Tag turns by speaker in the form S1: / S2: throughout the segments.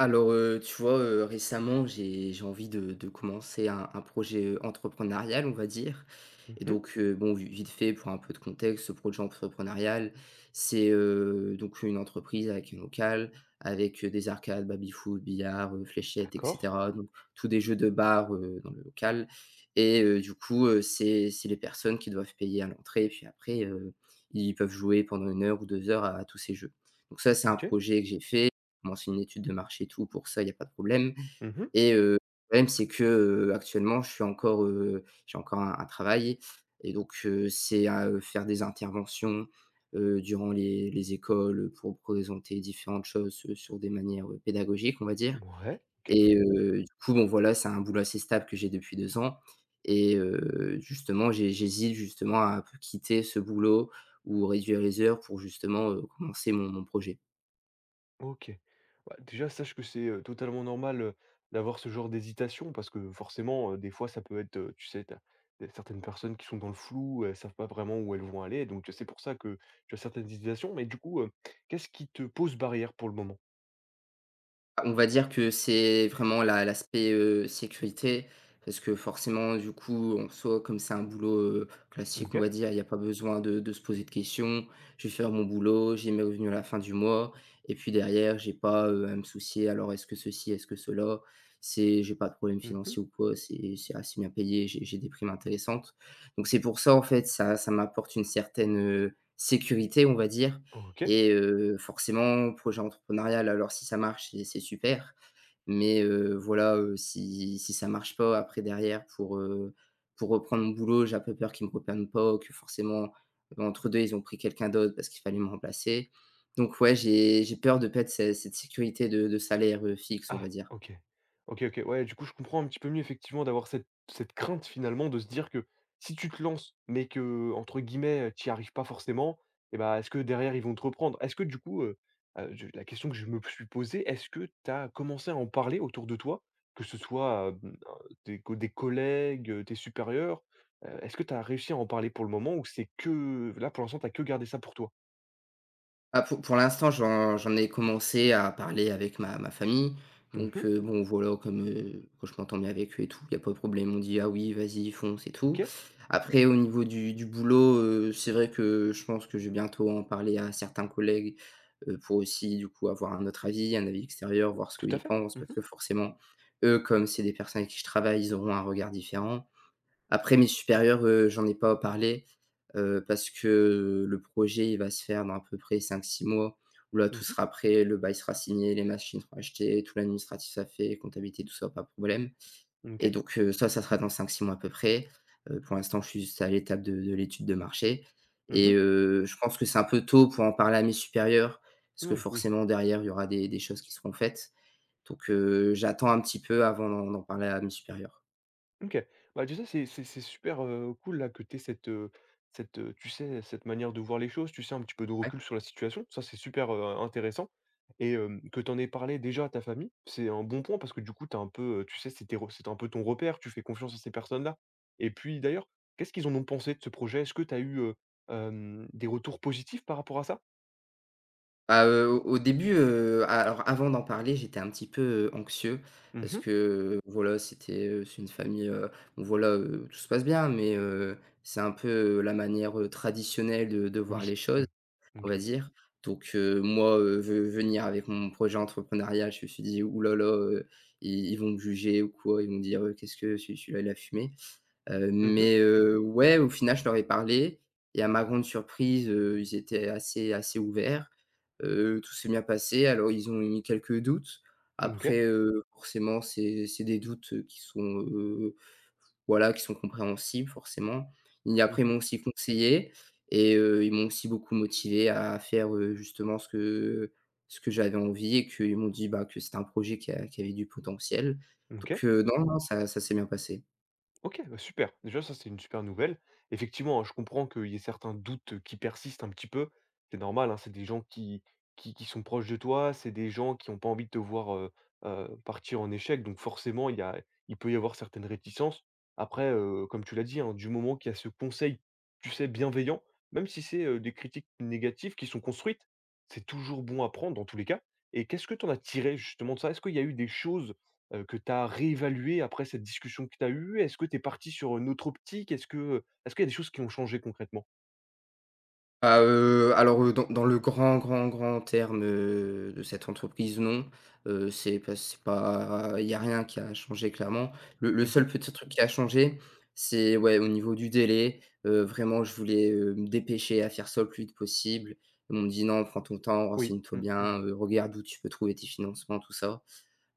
S1: Alors, tu vois, récemment, j'ai envie de commencer un projet entrepreneurial, on va dire. Et
S2: Mmh.
S1: donc, bon, vi vite fait pour un peu de contexte, ce projet entrepreneurial, c'est, donc une entreprise avec un local, avec, des arcades, baby-foot, billard, fléchettes, et
S2: D'accord.
S1: cetera. Donc tous des jeux de bar, dans le local, et du coup, c'est les personnes qui doivent payer à l'entrée, puis après, ils peuvent jouer pendant une heure ou 2 heures à tous ces jeux. Donc ça, c'est un
S2: OK.
S1: projet que j'ai fait, commencé une étude de marché et tout pour ça, il n'y a pas de problème,
S2: Mmh.
S1: et le problème, c'est que, actuellement, je suis encore, j'ai encore un travail, et donc, c'est à, faire des interventions, durant les écoles, pour présenter différentes choses, sur des manières, pédagogiques, on va dire.
S2: Ouais. OK.
S1: Et du coup, bon, voilà, c'est un boulot assez stable que j'ai depuis 2 ans, et justement, j'hésite justement à quitter ce boulot ou réduire les heures pour justement, commencer mon projet.
S2: OK. Bah, déjà sache que c'est, totalement normal, d'avoir ce genre d'hésitation parce que forcément, des fois ça peut être, tu sais, tu y a certaines personnes qui sont dans le flou, elles savent pas vraiment où elles vont aller, donc c'est pour ça que tu as certaines hésitations. Mais du coup, qu'est-ce qui te pose barrière pour le moment?
S1: On va dire que c'est vraiment la l'aspect, sécurité, parce que forcément, du coup, en soi, comme c'est un boulot, classique, on
S2: OK.
S1: va dire, il y a pas besoin de se poser de questions. Je vais faire mon boulot, j'ai mes revenus à la fin du mois, et puis derrière j'ai pas, à me soucier, alors est-ce que ceci, est-ce que cela? C'est J'ai pas de problème
S2: Mmh.
S1: financier ou quoi, c'est assez bien payé, j'ai des primes intéressantes. Donc c'est pour ça en fait, ça m'apporte une certaine, sécurité, on va dire.
S2: OK.
S1: Et forcément, projet entrepreneurial, alors si ça marche, c'est super. Mais voilà, si ça marche pas, après, derrière, pour reprendre mon boulot, j'ai un peu peur qu'ils me reprennent pas, que forcément, entre 2, ils ont pris quelqu'un d'autre parce qu'il fallait me remplacer. Donc ouais, j'ai peur de perdre ce cette sécurité de salaire, fixe, on va
S2: Ah!
S1: dire.
S2: OK. OK, OK. Ouais, du coup, je comprends un petit peu mieux effectivement d'avoir cette crainte finalement de se dire que si tu te lances, mais que entre guillemets, tu n'y arrives pas forcément et ben est-ce que derrière ils vont te reprendre? Est-ce que du coup, je la question que je me suis posée, est-ce que tu as commencé à en parler autour de toi? Que ce soit, des collègues, tes supérieurs? Est-ce que tu as réussi à en parler pour le moment ou c'est que là, pour l'instant, tu que gardé ça pour toi?
S1: Ah, pour l'instant, j'en ai commencé à parler avec ma famille, donc
S2: Mmh.
S1: bon, voilà, que je m'entends bien avec eux et tout, il y a pas de problème. On dit: «Ah oui, vas-y, fonce» et tout.
S2: OK.
S1: Après, au niveau du boulot, c'est vrai que je pense que je vais bientôt en parler à certains collègues, pour aussi, du coup, avoir un autre avis, un avis extérieur, voir ce
S2: Tout à
S1: qu'ils
S2: fait.
S1: pensent.
S2: Mmh
S1: Parce
S2: mh.
S1: que forcément, eux, comme c'est des personnes avec qui je travaille, ils auront un regard différent. Après mes supérieurs, j'en ai pas parlé, parce que le projet, il va se faire dans à peu près cinq six mois, où là
S2: Mmh.
S1: tout sera prêt, le bail sera signé, les machines seront achetées, tout l'administratif sera fait, comptabilité, tout ça, pas de problème, et
S2: OK.
S1: donc ça, ça sera dans cinq six mois à peu près. Pour l'instant, je suis juste à l'étape de l'étude de marché, et
S2: Mmh.
S1: je pense que c'est un peu tôt pour en parler à mes supérieurs, parce que
S2: Oui, oui.
S1: forcément derrière, il y aura des choses qui seront faites, donc j'attends un petit peu avant d'en parler à mes supérieurs.
S2: OK. Bah, déjà, c'est super, cool là que tu aies tu sais, cette manière de voir les choses, tu sais, un petit peu de recul sur la situation. Ça, c'est super, intéressant et que tu en aies parlé déjà à ta famille, c'est un bon point parce que du coup, tu un peu, tu sais, c'était un peu ton repère, tu fais confiance à ces personnes-là et puis d'ailleurs, qu'est-ce qu'ils en ont pensé de ce projet? Est-ce que tu as eu, des retours positifs par rapport à ça?
S1: Ah, au début, a alors avant d'en parler, j'étais un petit peu, anxieux, parce
S2: Mmh.
S1: que, voilà, c'est une famille, bon, voilà, tout se passe bien, mais c'est un peu, la manière, traditionnelle de voir
S2: Oui.
S1: les choses,
S2: Mmh.
S1: on va
S2: OK.
S1: dire. Donc moi, ve venir avec mon projet entrepreneurial, je me suis dit: «Ouh là là, ils vont me juger ou quoi, ils vont me dire: Qu'est-ce que ce celui-là, il a fumé"». Heu,
S2: Mmh.
S1: mais ouais, au final, je leur ai parlé, et à ma grande surprise, ils étaient assez ouverts. Tout s'est bien passé. Alors ils ont eu quelques doutes.
S2: OK.
S1: Après, forcément, c'est des doutes, qui sont, heu, voilà, qui sont compréhensibles forcément. Et après,
S2: Mmh.
S1: ils m'ont aussi conseillé, et ils m'ont aussi beaucoup motivé à faire, justement ce que j'avais envie, et qu'ils m'ont dit, bah, que c'était un projet qui avait du potentiel.
S2: OK.
S1: Donc non, non, ça s'est bien passé.
S2: OK, bah, super. Déjà ça, c'est une super nouvelle. Effectivement, hein, je comprends qu'il y ait certains doutes, qui persistent un petit peu. C'est normal, hein, c'est des gens qui sont proches de toi, c'est des gens qui ont pas envie de te voir, partir en échec, donc forcément, il peut y avoir certaines réticences. Après, comme tu l'as dit, hein, du moment qu'il y a ce conseil, tu sais, bienveillant, même si c'est, des critiques négatives qui sont construites, c'est toujours bon à prendre dans tous les cas et qu'est-ce que tu en as tiré justement de ça? Est-ce qu'il y a eu des choses que tu as réévalué après cette discussion que tu as eue? Est-ce que tu es parti sur une autre optique? Est-ce qu'il y a des choses qui ont changé concrètement?
S1: Ah, alors, dans le grand, grand, grand terme, de cette entreprise, non, c'est pas il y a rien qui a changé clairement. Le seul
S2: Mmh.
S1: petit truc qui a changé, c'est, ouais, au niveau du délai, vraiment je voulais, me dépêcher à faire ça le plus vite possible. Ils m'ont dit: «Non, prends ton temps,
S2: Oui.
S1: renseigne-toi
S2: Mmh mh.
S1: bien, regarde où tu peux trouver tes financements, tout ça».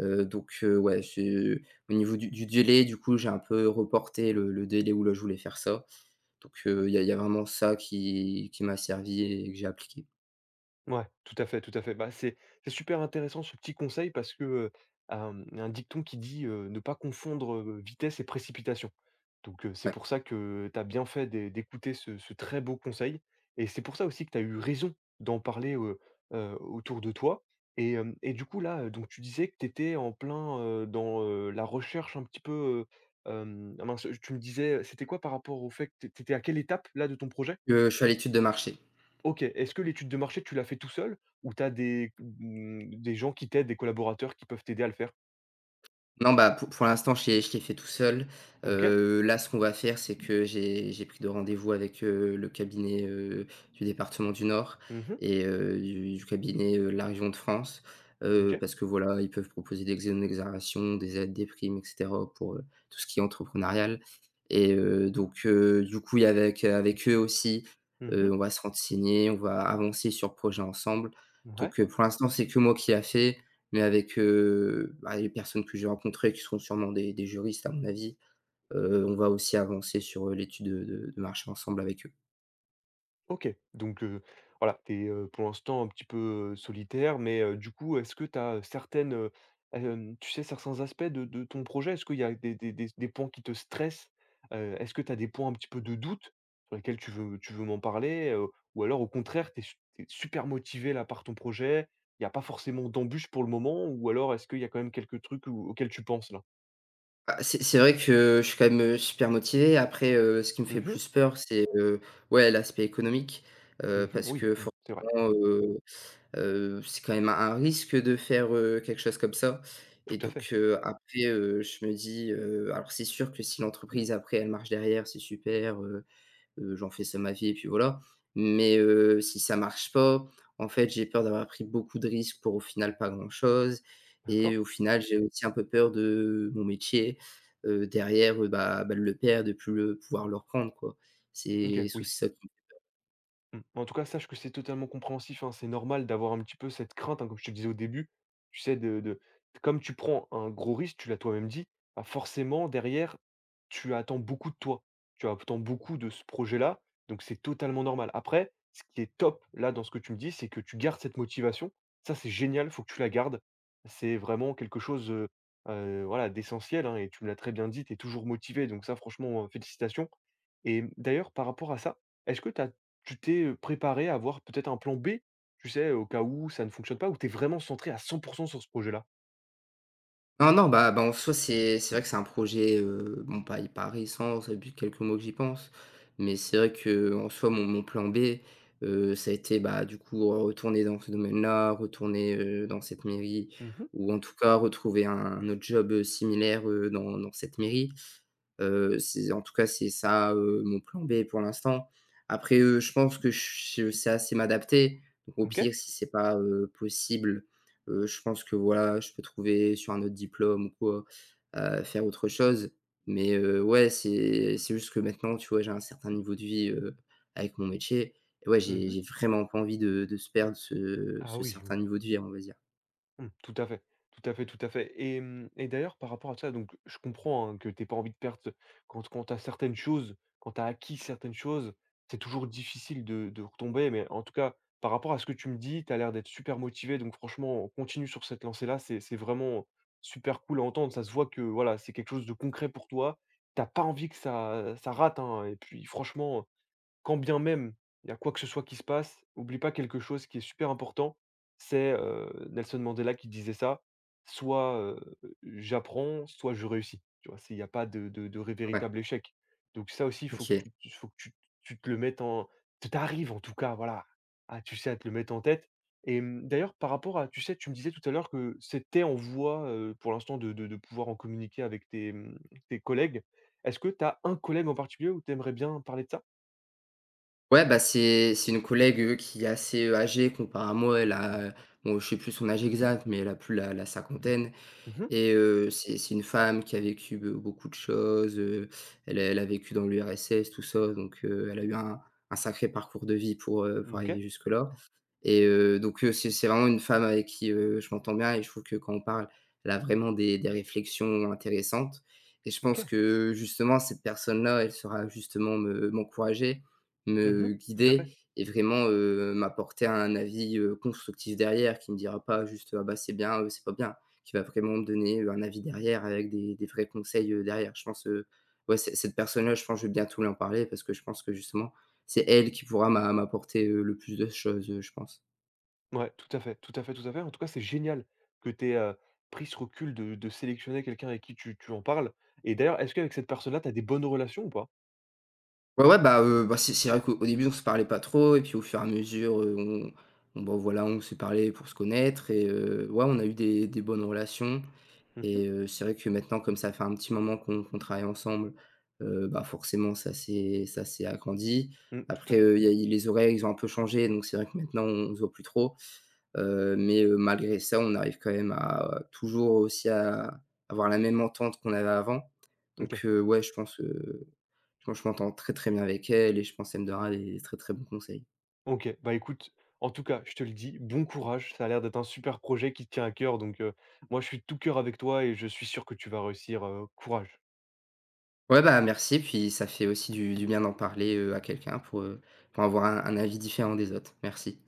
S1: Donc ouais, j'ai au niveau du délai, du coup, j'ai un peu reporté le délai où là je voulais faire ça. Donc il y a y a vraiment ça qui m'a servi et que j'ai appliqué.
S2: Ouais, tout à fait, tout à fait. Bah, c'est super intéressant ce petit conseil parce que, un dicton qui dit: «Ne pas confondre, vitesse et précipitation». Donc, c'est
S1: Ouais.
S2: pour ça que tu as bien fait d'écouter ce très beau conseil et c'est pour ça aussi que tu as eu raison d'en parler, autour de toi et hem et du coup là, donc tu disais que tu étais en plein, dans, la recherche un petit peu, ah mince, tu me disais, c'était quoi par rapport au fait que tu étais à quelle étape là de ton projet?
S1: Je suis à l'étude de marché.
S2: OK. Est-ce que l'étude de marché, tu l'as fait tout seul ou tu as des gens qui t'aident, des collaborateurs qui peuvent t'aider à le faire?
S1: Non, bah, pour l'instant, je l'ai fait tout seul.
S2: OK.
S1: Là, ce qu'on va faire, c'est que j'ai pris de rendez-vous avec, le cabinet, du département du Nord,
S2: Mmh.
S1: et du cabinet, de la région de France. Heu,
S2: OK.
S1: parce que, voilà, ils peuvent proposer des exonérations, des aides, des primes, et cetera, pour, tout ce qui est entrepreneurial, et donc du coup, il avec avec eux aussi,
S2: Mmh.
S1: on va se renseigner, on va avancer sur le projet ensemble.
S2: Ouais.
S1: Donc pour l'instant, c'est que moi qui l'a fait. Mais avec, bah, les personnes que j'ai rencontrées, qui seront sûrement des juristes à mon avis, on va aussi avancer sur, l'étude de marché ensemble avec eux.
S2: OK, donc voilà, tu es, pour l'instant un petit peu, solitaire, mais du coup, est-ce que tu as, certaines, tu sais, certains aspects de ton projet? Est-ce qu'il y a des points qui te stressent? Est-ce que tu as des points un petit peu de doute sur lesquels tu veux m'en parler? Ou alors au contraire, tu es super motivé là par ton projet, il y a pas forcément d'embûches pour le moment? Ou alors est-ce qu'il y a quand même quelques trucs au auxquels tu penses là?
S1: Bah, c'est vrai que je suis quand même, super motivé. Après, ce qui me fait
S2: Mmh mh.
S1: plus peur, c'est, ouais, l'aspect économique,
S2: Mmh.
S1: parce
S2: Oui,
S1: que forcément,
S2: c'est vrai.
S1: c'est quand même un risque de faire, quelque chose comme ça, et
S2: Tout à fait.
S1: donc après, je me dis, alors c'est sûr que si l'entreprise, après, elle marche derrière, c'est super, j'en fais ça ma vie et puis voilà. Mais si ça marche pas, en fait, j'ai peur d'avoir pris beaucoup de risques pour au final pas grand-chose,
S2: D'accord.
S1: et au final, j'ai aussi un peu peur de mon métier, derrière, bah, de le perdre, de plus le pouvoir le reprendre, quoi.
S2: OK,
S1: C'est
S2: oui.
S1: aussi ça.
S2: Mmh. En tout cas, sache que c'est totalement compréhensif, hein. C'est normal d'avoir un petit peu cette crainte, hein, comme je te disais au début. Tu sais, de comme tu prends un gros risque, tu l'as toi-même dit, bah, forcément derrière, tu attends beaucoup de toi. Tu attends beaucoup de ce projet-là, donc c'est totalement normal. Après, ce qui est top là dans ce que tu me dis, c'est que tu gardes cette motivation. Ça, c'est génial. Il faut que tu la gardes. C'est vraiment quelque chose, voilà, d'essentiel, hein et tu me l'as très bien dit, tu es toujours motivé. Donc ça franchement, félicitations et d'ailleurs par rapport à ça, est-ce que tu t'es, préparé à avoir peut-être un plan B, tu sais, au cas où ça ne fonctionne pas, où tu es vraiment centré à 100% sur ce projet-là?
S1: Non, non, bah, en soi, c'est vrai que c'est un projet, bon, pas hyper récent, ça fait depuis quelques mois que j'y pense, mais c'est vrai qu'en soi, mon plan B, ça a été, bah, du coup, retourner dans ce domaine-là, retourner, dans cette mairie,
S2: Mmh.
S1: ou en tout cas retrouver un autre job, similaire, dans cette mairie. C'est en tout cas, c'est ça, mon plan B pour l'instant. Après, je pense que je sais assez m'adapter. Donc au
S2: OK?
S1: pire, si c'est pas, possible, je pense que voilà, je peux trouver sur un autre diplôme ou quoi, faire autre chose. Mais, ouais, c'est juste que maintenant, tu vois, j'ai un certain niveau de vie, avec mon métier, et ouais, j'ai
S2: Mmh.
S1: j'ai vraiment pas envie de se perdre ce
S2: Ah,
S1: ce
S2: oui.
S1: certain niveau de vie, on va dire.
S2: Mmh, tout à fait, tout à fait, tout à fait et d'ailleurs par rapport à ça donc je comprends, hein, que tu pas envie de perdre ce- quand tu as certaines choses, quand tu as acquis certaines choses, c'est toujours difficile de retomber mais en tout cas, par rapport à ce que tu me dis, tu as l'air d'être super motivé donc franchement on continue sur cette lancée-là, c'est vraiment super cool à entendre. Ça se voit que voilà, c'est quelque chose de concret pour toi. T'as pas envie que ça rate, hein et puis franchement, quand bien même il y a quoi que ce soit qui se passe, oublie pas quelque chose qui est super important. C'est, Nelson Mandela qui disait ça: «Soit, j'apprends, soit je réussis». Tu vois? C'est il y a pas de de ré
S1: Ouais,
S2: véritable échec. Donc ça aussi,
S1: OK.
S2: il faut que tu te le mettes en tu arrives en tout cas, voilà, Ah tu sais, à te le mettre en tête et d'ailleurs par rapport à tu sais, tu me disais tout à l'heure que c'était en voie, pour l'instant de pouvoir en communiquer avec tes collègues. Est-ce que tu as un collègue en particulier où tu aimerais bien parler de ça?
S1: Ouais, bah, c'est une collègue, qui est assez, âgée comparé à moi. Elle a, bon, je sais plus son âge exact, mais elle a plus la cinquantaine.
S2: Mmh.
S1: Et c'est une femme qui a vécu be beaucoup de choses, elle a vécu dans l'URSS, tout ça, donc elle a eu un sacré parcours de vie pour
S2: OK,
S1: arriver jusque-là, et donc c'est vraiment une femme avec qui, je m'entends bien et je trouve que quand on parle, elle a vraiment des réflexions intéressantes, et je pense
S2: OK.
S1: que justement cette personne-là, elle saura justement me m'encourager,
S2: Mmh.
S1: me
S2: Tout à fait.
S1: guider et vraiment, m'apporter un avis, constructif derrière, qui me dira pas juste: «Ah bah, c'est bien, c'est pas bien», qui va vraiment me donner, un avis derrière avec des vrais conseils, derrière. Je pense, ouais, c cette personne-là, je pense que je vais bientôt lui en parler parce que je pense que justement, c'est elle qui pourra m'apporter, le plus de choses, je pense.
S2: Ouais, tout à fait, tout à fait, tout à fait. En tout cas, c'est génial que tu aies, pris ce recul de sélectionner quelqu'un avec qui tu en parles et d'ailleurs, est-ce qu'avec cette personne-là, tu as des bonnes relations ou pas?
S1: Ouais, ouais, bah, bah, c'est vrai qu'au au début, on se parlait pas trop et puis au fur et à mesure, on bah, voilà, on s'est parlé pour se connaître, et ouais, on a eu des bonnes relations.
S2: Mmh mh.
S1: Et c'est vrai que maintenant, comme ça fait un petit moment qu'on travaille ensemble, bah, forcément ça s'est agrandi.
S2: Mmh, tout à
S1: Après,
S2: fait.
S1: il y a les horaires, ils ont un peu changé, donc c'est vrai que maintenant on ne se voit plus trop, mais malgré ça, on arrive quand même à toujours aussi à avoir la même entente qu'on avait avant. Donc
S2: OK.
S1: ouais, je pense que je m'entends très, très bien avec elle et je pense elle me donnera des très, très bons conseils.
S2: OK. Bah, écoute, en tout cas, je te le dis, bon courage. Ça a l'air d'être un super projet qui te tient à cœur donc moi, je suis de tout cœur avec toi et je suis sûr que tu vas réussir, courage.
S1: Ouais, bah, merci, puis ça fait aussi du bien d'en parler, à quelqu'un pour avoir un avis différent des autres. Merci.